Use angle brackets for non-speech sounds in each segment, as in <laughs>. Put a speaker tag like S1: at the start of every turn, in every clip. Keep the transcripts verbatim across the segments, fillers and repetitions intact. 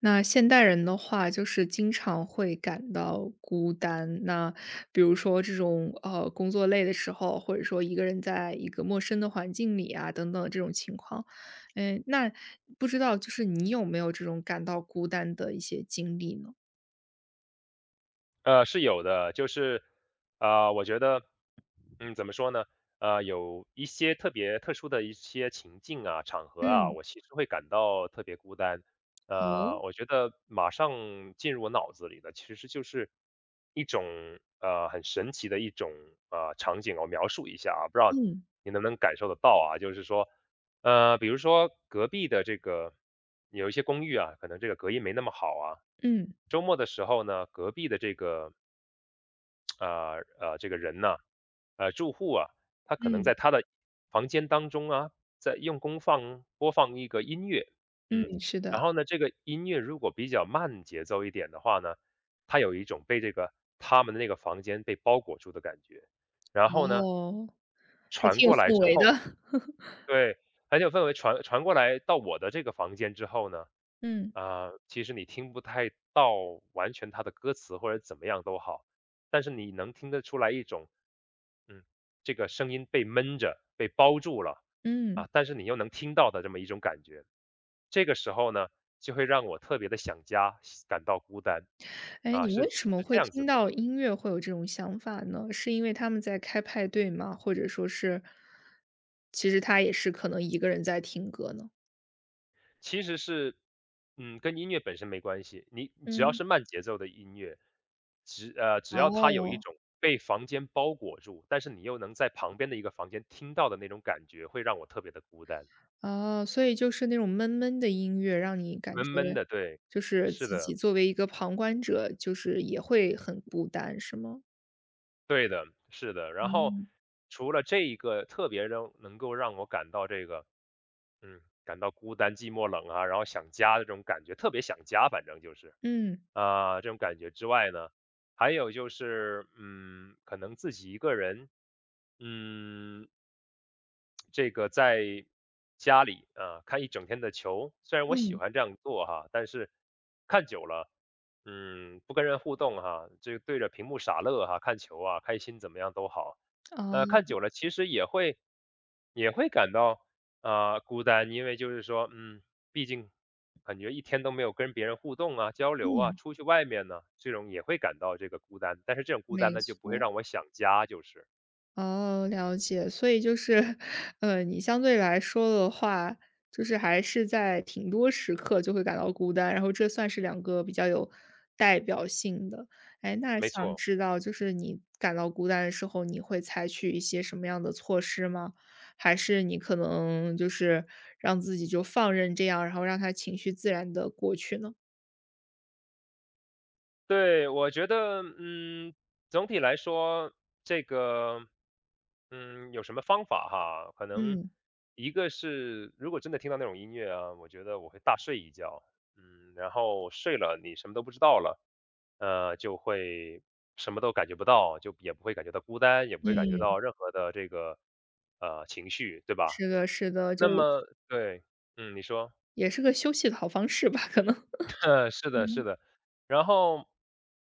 S1: 那现代人的话，就是经常会感到孤单。那比如说这种呃工作累的时候，或者说一个人在一个陌生的环境里啊，等等这种情况，嗯，那不知道就是你有没有这种感到孤单的一些经历呢？
S2: 呃，是有的，就是，呃，我觉得，嗯，怎么说呢？呃，有一些特别特殊的一些情境啊、场合啊，
S1: 嗯，
S2: 我其实会感到特别孤单。
S1: 哦，
S2: 呃，我觉得马上进入我脑子里的其实就是一种呃很神奇的一种呃场景，我描述一下啊，不知道
S1: 嗯
S2: 你能不能感受得到啊？就是说，呃，比如说隔壁的这个有一些公寓啊，可能这个隔音没那么好啊，
S1: 嗯
S2: 周末的时候呢，隔壁的这个呃呃这个人呐、呃住户啊，他可能
S1: 嗯，
S2: 在他的房间当中啊，在用功放播放一个音乐，嗯，
S1: 嗯，是的，
S2: 然后呢，这个音乐如果比较慢节奏一点的话呢，他有一种被这个他们的那个房间被包裹住的感觉，然后呢，
S1: 哦，还
S2: 传
S1: 挺有
S2: 过来
S1: 氛
S2: 之
S1: 围的，
S2: 后，对，很有氛围传传过来到我的这个房间之后呢，
S1: <laughs> 嗯
S2: 啊，其实你听不太到完全它的歌词或者怎么样都好，但是你能听得出来一种，嗯，这个声音被闷着、被包住了
S1: 嗯。
S2: 啊，但是你又能听到的这么一种感觉。这个时候呢，就会让我特别的想家，感到孤单
S1: 哎，
S2: 啊，
S1: 你
S2: 是
S1: 为什么
S2: 是这
S1: 会
S2: 样子
S1: 听
S2: 的
S1: 到音乐会有这种想法呢？是因为他们在开派对吗？或者说是，其实他也是可能一个人在听歌呢？
S2: 其实是，嗯，跟音乐本身没关系。你你只要
S1: 嗯。
S2: 是慢节奏的音乐，只呃，只要它有一
S1: 哦，
S2: 种被房间包裹住，但是你又能在旁边的一个房间听到的那种感觉，会让我特别的孤单，
S1: 哦，所以就是那种闷闷的音乐，让你感
S2: 闷
S1: 觉
S2: 闷的，对，
S1: 就是
S2: 是
S1: 自己
S2: 的，
S1: 作为一个旁观者，就是也会很孤单，是吗？
S2: 对的，是的。然后
S1: 嗯。
S2: 除了这一个特别让能够让我感到这个嗯，感到孤单、寂寞、冷啊，然后想家的这种感觉，特别想家，反正就是，
S1: 嗯，
S2: 啊、这种感觉之外呢，还有就是，嗯，可能自己一个人，嗯，这个在家里啊，看一整天的球，虽然我喜
S1: 嗯，
S2: 欢这样做哈，但是看久了，嗯，不跟人互动哈，这个对着屏幕傻乐哈，看球啊，开心怎么样都好，呃，
S1: 哦，
S2: 看久了其实也会也会感到啊、呃孤单，因为就是说，嗯，毕竟感觉一天都没有跟别人互动啊、交流啊，
S1: 嗯，
S2: 出去外面呢，这种也会感到这个孤单，但是这种孤单
S1: 没
S2: 呢，就不会
S1: 错。
S2: 让我想家，就是
S1: 哦，了解。所以就是，<laughs> 呃，你相对来说的话，就是还是在挺多时刻就会感到孤单，然后这算是两个比较有代表性的。哎，那
S2: 没
S1: 想
S2: 错，
S1: 知道就是你感到孤单的时候，你会采取一些什么样的措施吗？还是你可能就是让自己就放任这样，然后让他情绪自然的过去呢？
S2: 对，我觉得，嗯，总体来说，这个，嗯，有什么方法哈？可能
S1: 嗯，
S2: 一个是，如果真的听到那种音乐啊，我觉得我会大睡一觉，嗯，然后睡了，你什么都不知道了，呃，就会什么都感觉不到，就也不会感觉到孤单，也不会感
S1: 嗯。
S2: 觉到任何的这个呃情绪，对吧？
S1: 是的是的，就
S2: 那么，对，嗯，你说。
S1: 也是个休息的好方式吧，可能。
S2: <laughs> 是的，是
S1: 嗯，
S2: 的。然后，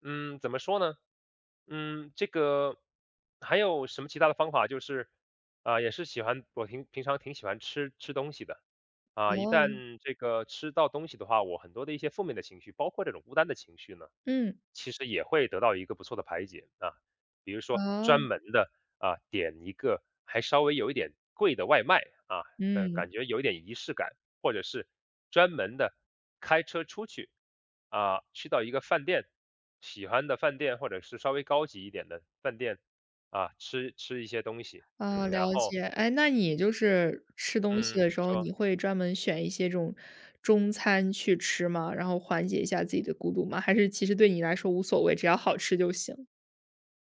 S2: 嗯，怎么说呢？嗯，这个还有什么其他的方法？就是，啊、也是喜欢我平平常挺喜欢吃吃东西的，啊、一
S1: 哦。
S2: 旦这个吃到东西的话，我很多的一些负面的情绪，包括这种孤单的情绪呢，
S1: 嗯。
S2: 其实也会得到一个不错的排解啊。比如说
S1: 哦，
S2: 专门的啊，点一个还稍微有一点贵的外卖啊，呃，
S1: 嗯，
S2: 感觉有一点仪式感，或者是专门的开车出去啊，去到一个饭店，喜欢的饭店或者是稍微高级一点的饭店啊，吃吃一些东西，
S1: 哦，
S2: 嗯，然
S1: 了
S2: 后
S1: 解。哎，那你就是吃东西
S2: 嗯，
S1: 的
S2: 你
S1: 时候，你
S2: 说。
S1: 会专门选一些这种中餐去吃吗？然后缓解一下自己的孤独吗？还是其实对你来说无所谓，只要好吃就行？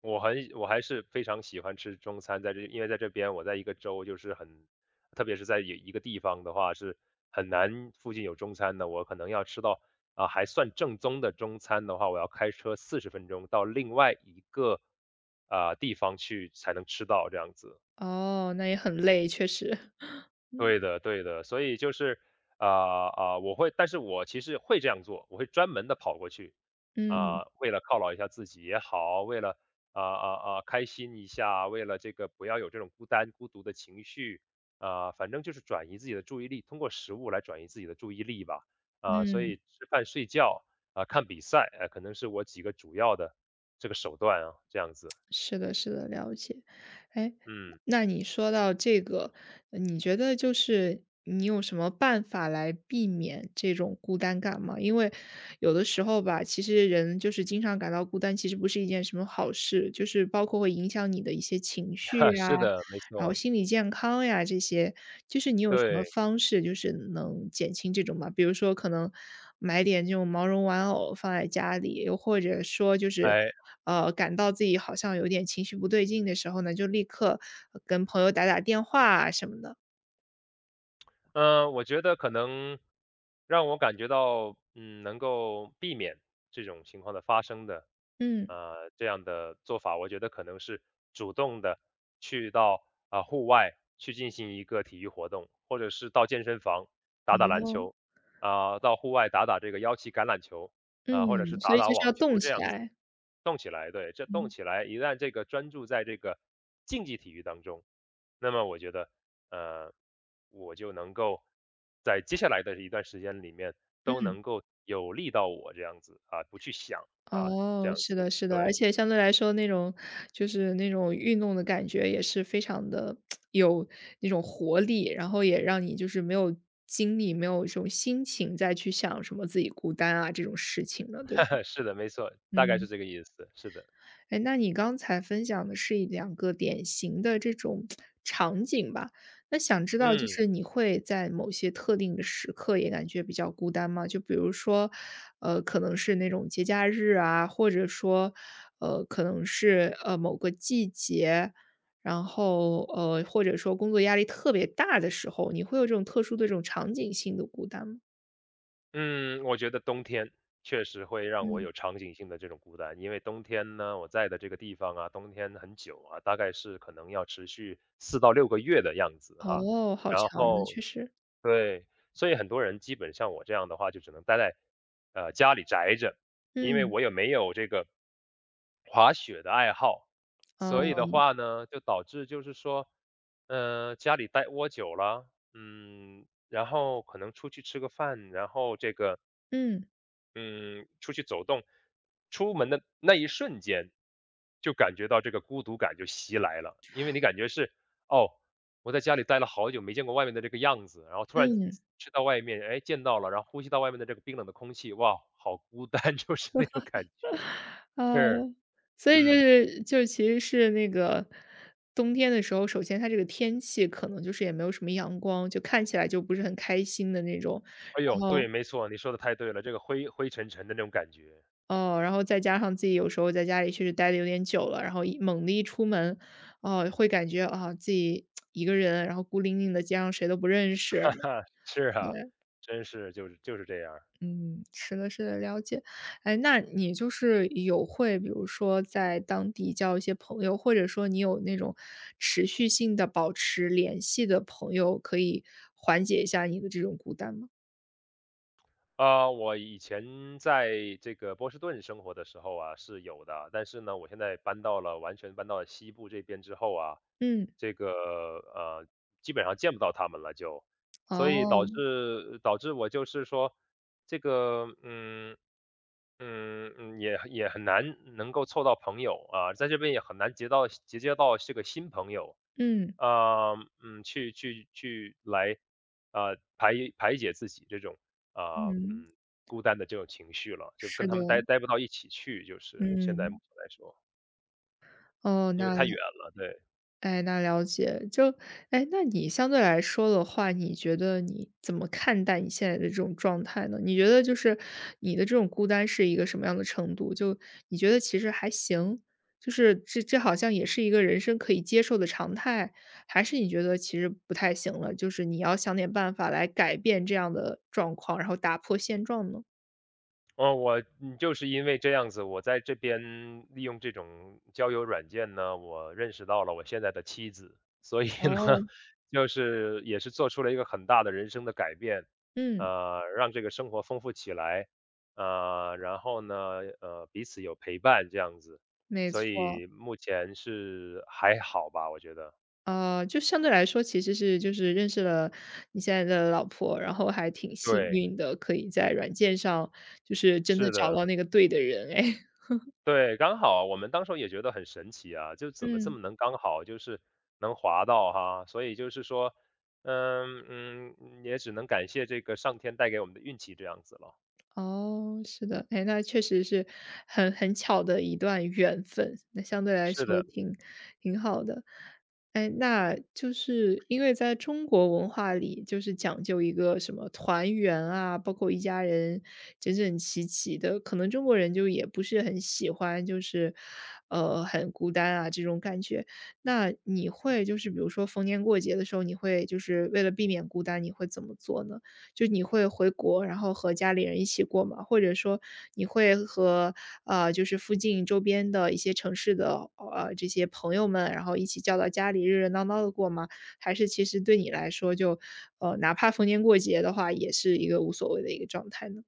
S2: 我很我还是非常喜欢吃中餐，在这因为在这边我在一个州，就是很特别是在一一个地方的话，是很难附近有中餐的。我可能要吃到啊，还算正宗的中餐的话，我要开车四十分钟到另外一个啊、地方去才能吃到这样子。
S1: 哦，那也很累，确实。
S2: 对的，对的，所以就是，啊、啊、我会，但是我其实会这样做，我会专门的跑过去，
S1: 嗯，
S2: 啊、为了犒劳一下自己也好，为了啊啊啊开心一下，为了这个不要有这种孤单孤独的情绪，啊、反正就是转移自己的注意力，通过食物来转移自己的注意力吧，啊、所
S1: 嗯。
S2: 以吃饭、睡觉啊、看比赛，哎、可能是我几个主要的这个手段啊，这样子，
S1: 是的，是的，了解。哎，
S2: 嗯，
S1: 那你说到这个，呃你觉得就是你有什么办法来避免这种孤单感吗？因为有的时候吧，其实人就是经常感到孤单，其实不是一件什么好事，就是包括会影响你的一些情绪
S2: <laughs>
S1: 啊，
S2: 是的，没
S1: 然后
S2: 错，
S1: 心理健康呀这些，就是你有什么
S2: 对，
S1: 方式就是能减轻这种嘛？比如说可能买点这种毛绒玩偶放在家里，又或者说就是，
S2: 哎。
S1: 呃，感到自己好像有点情绪不对劲的时候呢，就立刻呃跟朋友打打电话啊什么的。
S2: 嗯，我觉得可能让我感觉到，嗯，能够避免这种情况的发生的，
S1: 嗯。
S2: 呃，这样的做法，我觉得可能是主动的去到啊、户外去进行一个体育活动，或者是到健身房打打篮
S1: 哦，
S2: 球，啊、到户外打打这个腰旗橄榄球，啊、或者是
S1: 嗯，所
S2: 打
S1: 以
S2: 打
S1: 就是要
S2: 网
S1: 动
S2: 球这
S1: 起
S2: 样子，
S1: 来，
S2: 动起来。对，这动
S1: 嗯，
S2: 起来，一旦这个专注在这个竞技体育当中，那么我觉得呃，我就能够在接下来的一段时间里面都
S1: 嗯。
S2: 能够有利到我这样子啊，不去想啊，这
S1: 哦，
S2: 样
S1: 是
S2: 子。
S1: 的，是的，而
S2: 对，
S1: 且相对来说那种就是那种运动的感觉也是非常的有那种活力，然后也让你就是没有精力，没有这种心情再去想什么自己孤单啊这种事情了，对吧？
S2: <laughs> 是的，没错，大概是
S1: 嗯。
S2: 这个意思，是的。
S1: 哎，那你刚才分享的是一两个典型的这种场景吧？那想知道就
S2: 嗯，
S1: 是你会在某些特定的时刻也感觉比较孤单吗？就比如说，呃，可能是那种节假日啊，或者说，呃，可能是呃某个季节，然后呃，或者说工作压力特别大的时候，你会有这种特殊的这种场景性的孤单吗？
S2: 嗯，我觉得冬天确实会让我
S1: 嗯。
S2: 有场景性的这种孤单，因为冬天呢，我在的这个地方啊，冬天很久啊，大概是可能要持续四到六个月的样子哈。
S1: 哦，好
S2: 然
S1: 长呢，确
S2: 后
S1: 实，
S2: 对，所以很多人基本像我这样的话，就只能待在呃家里宅着，因为
S1: 嗯，
S2: 我也没有这个滑雪的爱好，所以
S1: 哦，
S2: 的话呢，就导致就是说，呃，家里待窝久了，嗯，然后可能出去吃个饭，然后这个
S1: 嗯
S2: 嗯，出去走动，出门的那一瞬间，就感觉到这个孤独感就袭来了，因为你感觉是，哦，我在家里待了好久，没见过外面的这个样子，然后突然
S1: 嗯。
S2: 去到外面，哎，见到了，然后呼吸到外面的这个冰冷的空气，哇，好孤单，<laughs> 就是那种感觉。
S1: 哦，
S2: 是，
S1: 所以就
S2: 嗯，
S1: 是就是其实是那个冬天的时候，首先它这个天气可能就是也没有什么阳光，就看起来就不是很开心的那种。
S2: 哎呦，
S1: 然后
S2: 对，没错，你说的太对了，这个灰灰沉沉的那种感觉，
S1: 哦，然后再加上自己有时候在家里确实待的有点久了，然后一猛地一出门，哦，会感觉啊，自己一个人，然后孤零零的街上谁都不认识。
S2: 是啊，真是就是就是这样。
S1: 嗯，是的，是的，了解。哎，那你就是有会比如说在当地交一些朋友，或者说你有那种持续性的保持联系的朋友，可以缓解一下你的这种孤单吗？
S2: 啊，我以前在这个波士顿生活的时候啊，是有的，但是呢，我现在搬到了完全搬到了西部这边之后啊，
S1: 嗯，
S2: 这个呃，基本上见不到他们了就，所以导
S1: 哦，
S2: 致导致我就是说，这个嗯嗯嗯，也也很难能够凑到朋友啊，在这边也很难结到结交到这个新朋友，
S1: 嗯，
S2: 啊，嗯，去去去来，呃，排排解自己这种啊、
S1: 嗯，
S2: 嗯，孤单的这种情绪了，就
S1: 是
S2: 跟他
S1: 的，
S2: 们待待不到一起去，就是现在
S1: 嗯，
S2: 目前来说，
S1: 哦，
S2: 因为
S1: 那
S2: 太远了，对。
S1: 哎，那了解。就哎，那你相对来说的话，你觉得你怎么看待你现在的这种状态呢？你觉得就是你的这种孤单是一个什么样的程度？就你觉得其实还行，就是这这好像也是一个人生可以接受的常态，还是你觉得其实不太行了？就是你要想点办法来改变这样的状况，然后打破现状呢？
S2: 哦，我嗯，就是因为这样子，我在这边利用这种交友软件呢，我认识到了我现在的妻子，所以呢，
S1: 哦，
S2: <laughs> 就是也是做出了一个很大的人生的改变，
S1: 嗯，
S2: 呃，让这个生活丰富起来，呃，然后呢，呃，彼此有陪伴这样子，
S1: 没
S2: 所
S1: 错。
S2: 以目前是还好吧，我觉得。
S1: 呃，就相对来说其实是就是认识了你现在的老婆，然后还挺幸
S2: 对，
S1: 运的，可以在软件上就是真的
S2: 是
S1: 找到
S2: 的。
S1: 那个对的人哎。
S2: 对，刚好我们当时候也觉得很神奇啊，就
S1: <laughs>
S2: 怎么这
S1: 嗯。
S2: 么能刚好就是能滑到哈，所以就是说，嗯嗯，嗯也只能感谢这个上天带给我们的运气这样子了。
S1: 哦，是的，哎，那确实是很很巧的一段缘分，那相对来
S2: 是
S1: 说
S2: 的，
S1: 挺挺好的。哎，那就是因为在中国文化里，就是讲究一个什么团圆啊，包括一家人整整齐齐的，可能中国人就也不是很喜欢，就是呃很孤单啊这种感觉。那你会就是比如说逢年过节的时候，你会就是为了避免孤单，你会怎么做呢？就你会回国，然后和家里人一起过吗？或者说你会和，呃，就是附近周边的一些城市的，呃，这些朋友们，然后一起叫到家里热热闹闹的过吗？还是其实对你来说就，呃，哪怕逢年过节的话，也是一个无所谓的一个状态呢？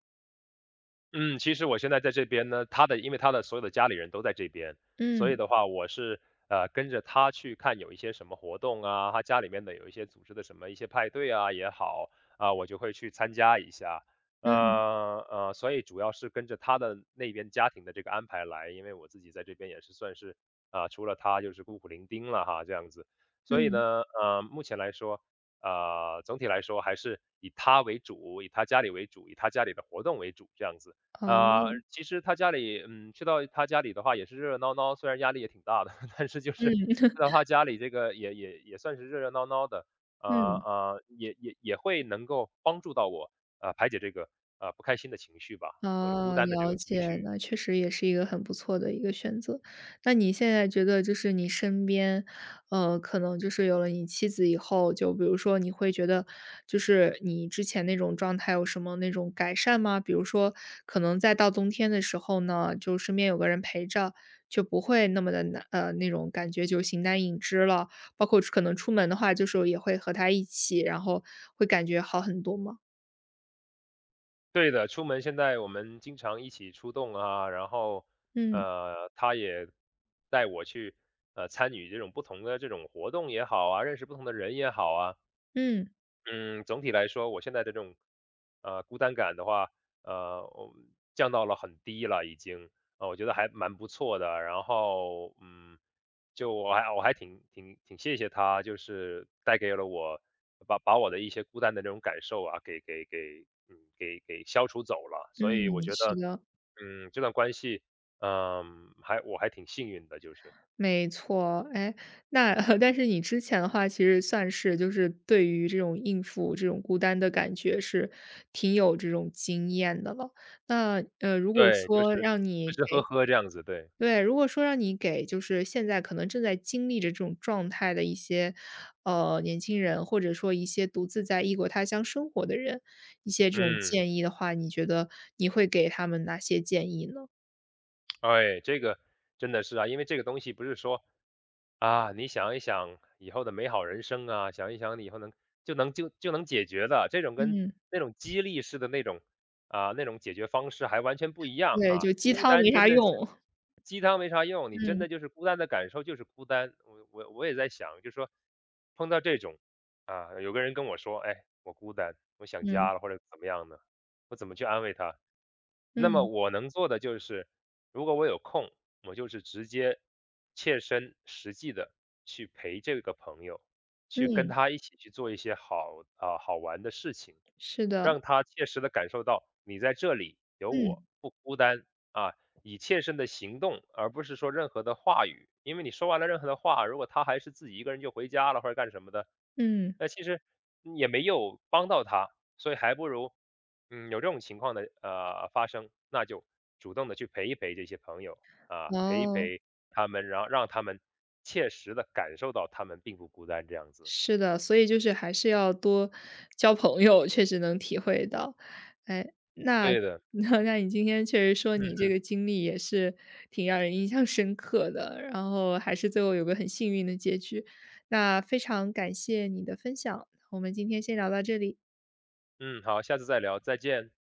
S2: 嗯，其实我现在在这边呢，他的因为他的所有的家里人都在这边，所以
S1: 嗯，
S2: 的话，我是呃跟着他去看有一些什么活动啊，他家里面的有一些组织的什么一些派对啊也好啊，我就会去参加一下。
S1: 嗯，
S2: 呃呃，所以主要是跟着他的那边家庭的这个安排来，因为我自己在这边也是算是啊、除了他就是孤苦伶仃了哈，这样子。所以
S1: 嗯，
S2: 呢，呃，目前来说，呃，总体来说还是以他为主，以他家里为主，以他家里的活动为主，这样子。呃，
S1: 嗯
S2: 其实他家里嗯，去到他家里的话也是热热闹闹，虽然压力也挺大的，<laughs> 但是就是
S1: 嗯
S2: 去
S1: <laughs>，
S2: 到他家里这个也也也算是热热闹闹的，啊
S1: 嗯。
S2: 呃，也也也会能够帮助到我，呃，排解这个呃不开心的情绪吧，或者孤
S1: 哦，
S2: 单的这
S1: 了
S2: 种情
S1: 解
S2: 绪。
S1: 那确实也是一个很不错的一个选择。那你现在觉得就是你身边，呃，可能就是有了你妻子以后，就比如说你会觉得，就是你之前那种状态有什么那种改善吗？比如说，可能在到冬天的时候呢，就身边有个人陪着，就不会那么的难，呃，那种感觉就形单影只了。包括可能出门的话，就是也会和他一起，然后会感觉好很多吗？
S2: 对的，出门现在我们经常一起出动啊，然后
S1: 嗯
S2: 呃，他也带我去呃参与这种不同的这种活动也好啊，认识不同的人也好啊，
S1: 嗯
S2: 嗯，总体来说，我现在的这种，呃，孤单感的话，呃，我降到了很低了，已经，呃，我觉得还蛮不错的。然后，嗯，就我还我还挺挺挺谢谢他，就是带给了我，把把我的一些孤单的那种感受啊，给给给，嗯，给给消除走了。所以我
S1: 嗯，
S2: 觉
S1: 是
S2: 得，
S1: 的。
S2: 嗯，这段关系，嗯，还我还挺幸运的，就是，
S1: 没错，哎，那 <laughs> 但是你之前的话，其实算是就是对于这种应付这种孤单的感觉是挺有这种经验的了。那呃，如果
S2: 对，就是
S1: 说让你
S2: 吃吃喝
S1: 给
S2: 喝这样子，对，
S1: 对，如果说让你给就是现在可能正在经历着这种状态的一些呃年轻人，或者说一些独自在异国他乡生活的人，一些这种
S2: 嗯。
S1: 建议的话，你觉得你会给他们哪些建议呢？
S2: 哎，这个真的是啊，因为这个东西不是说，啊，你想一想以后的美好人生啊，想一想你以后能就能就就能解决的这种跟
S1: 嗯，
S2: 那种激励式的那种啊那种解决方式还完全不一样
S1: 对，就
S2: 啊。
S1: 鸡
S2: 孤
S1: 汤没
S2: 单真
S1: 啥
S2: 的是
S1: 用。
S2: 鸡汤没啥用，你真
S1: 嗯
S2: 的就是孤单的感受就是孤单。我我我也在想，就说碰到这种啊，有个人跟我说，哎，我孤单，我想
S1: 嗯
S2: 家了或者怎么样呢？我怎么去安慰他？那么
S1: 嗯。
S2: 我能做的就是，如果我有空。我就是直接切身实际的去陪这个朋友，去跟
S1: 嗯，
S2: 他一起去做一些好啊、好玩的事情，
S1: 是的，
S2: 让他切实的感受到你在这里有
S1: 嗯，
S2: 我，不孤单啊。以切身的行动，而不是说任何的话语，因为你说完了任何的话，如果他还是自己一个人就回家了或者干什么的，
S1: 嗯，
S2: 那其实也没有帮到他，所以还不如，嗯，有这种情况的呃发生，那就主动的去陪一陪这些朋友啊，陪一
S1: 哦，
S2: 陪他们，然后让他们切实的感受到他们并不孤单这样子。
S1: 是的，所以就是还是要多交朋友，确实能体会到。哎，那
S2: 对的，
S1: <laughs> 那那你今天确实说你这
S2: 嗯
S1: 个经历也是挺让人印象深刻的，然后还是最后有个很幸运的结局。那非常感谢你的分享，我们今天先聊到这里。
S2: 嗯嗯，好，下次再聊，再见。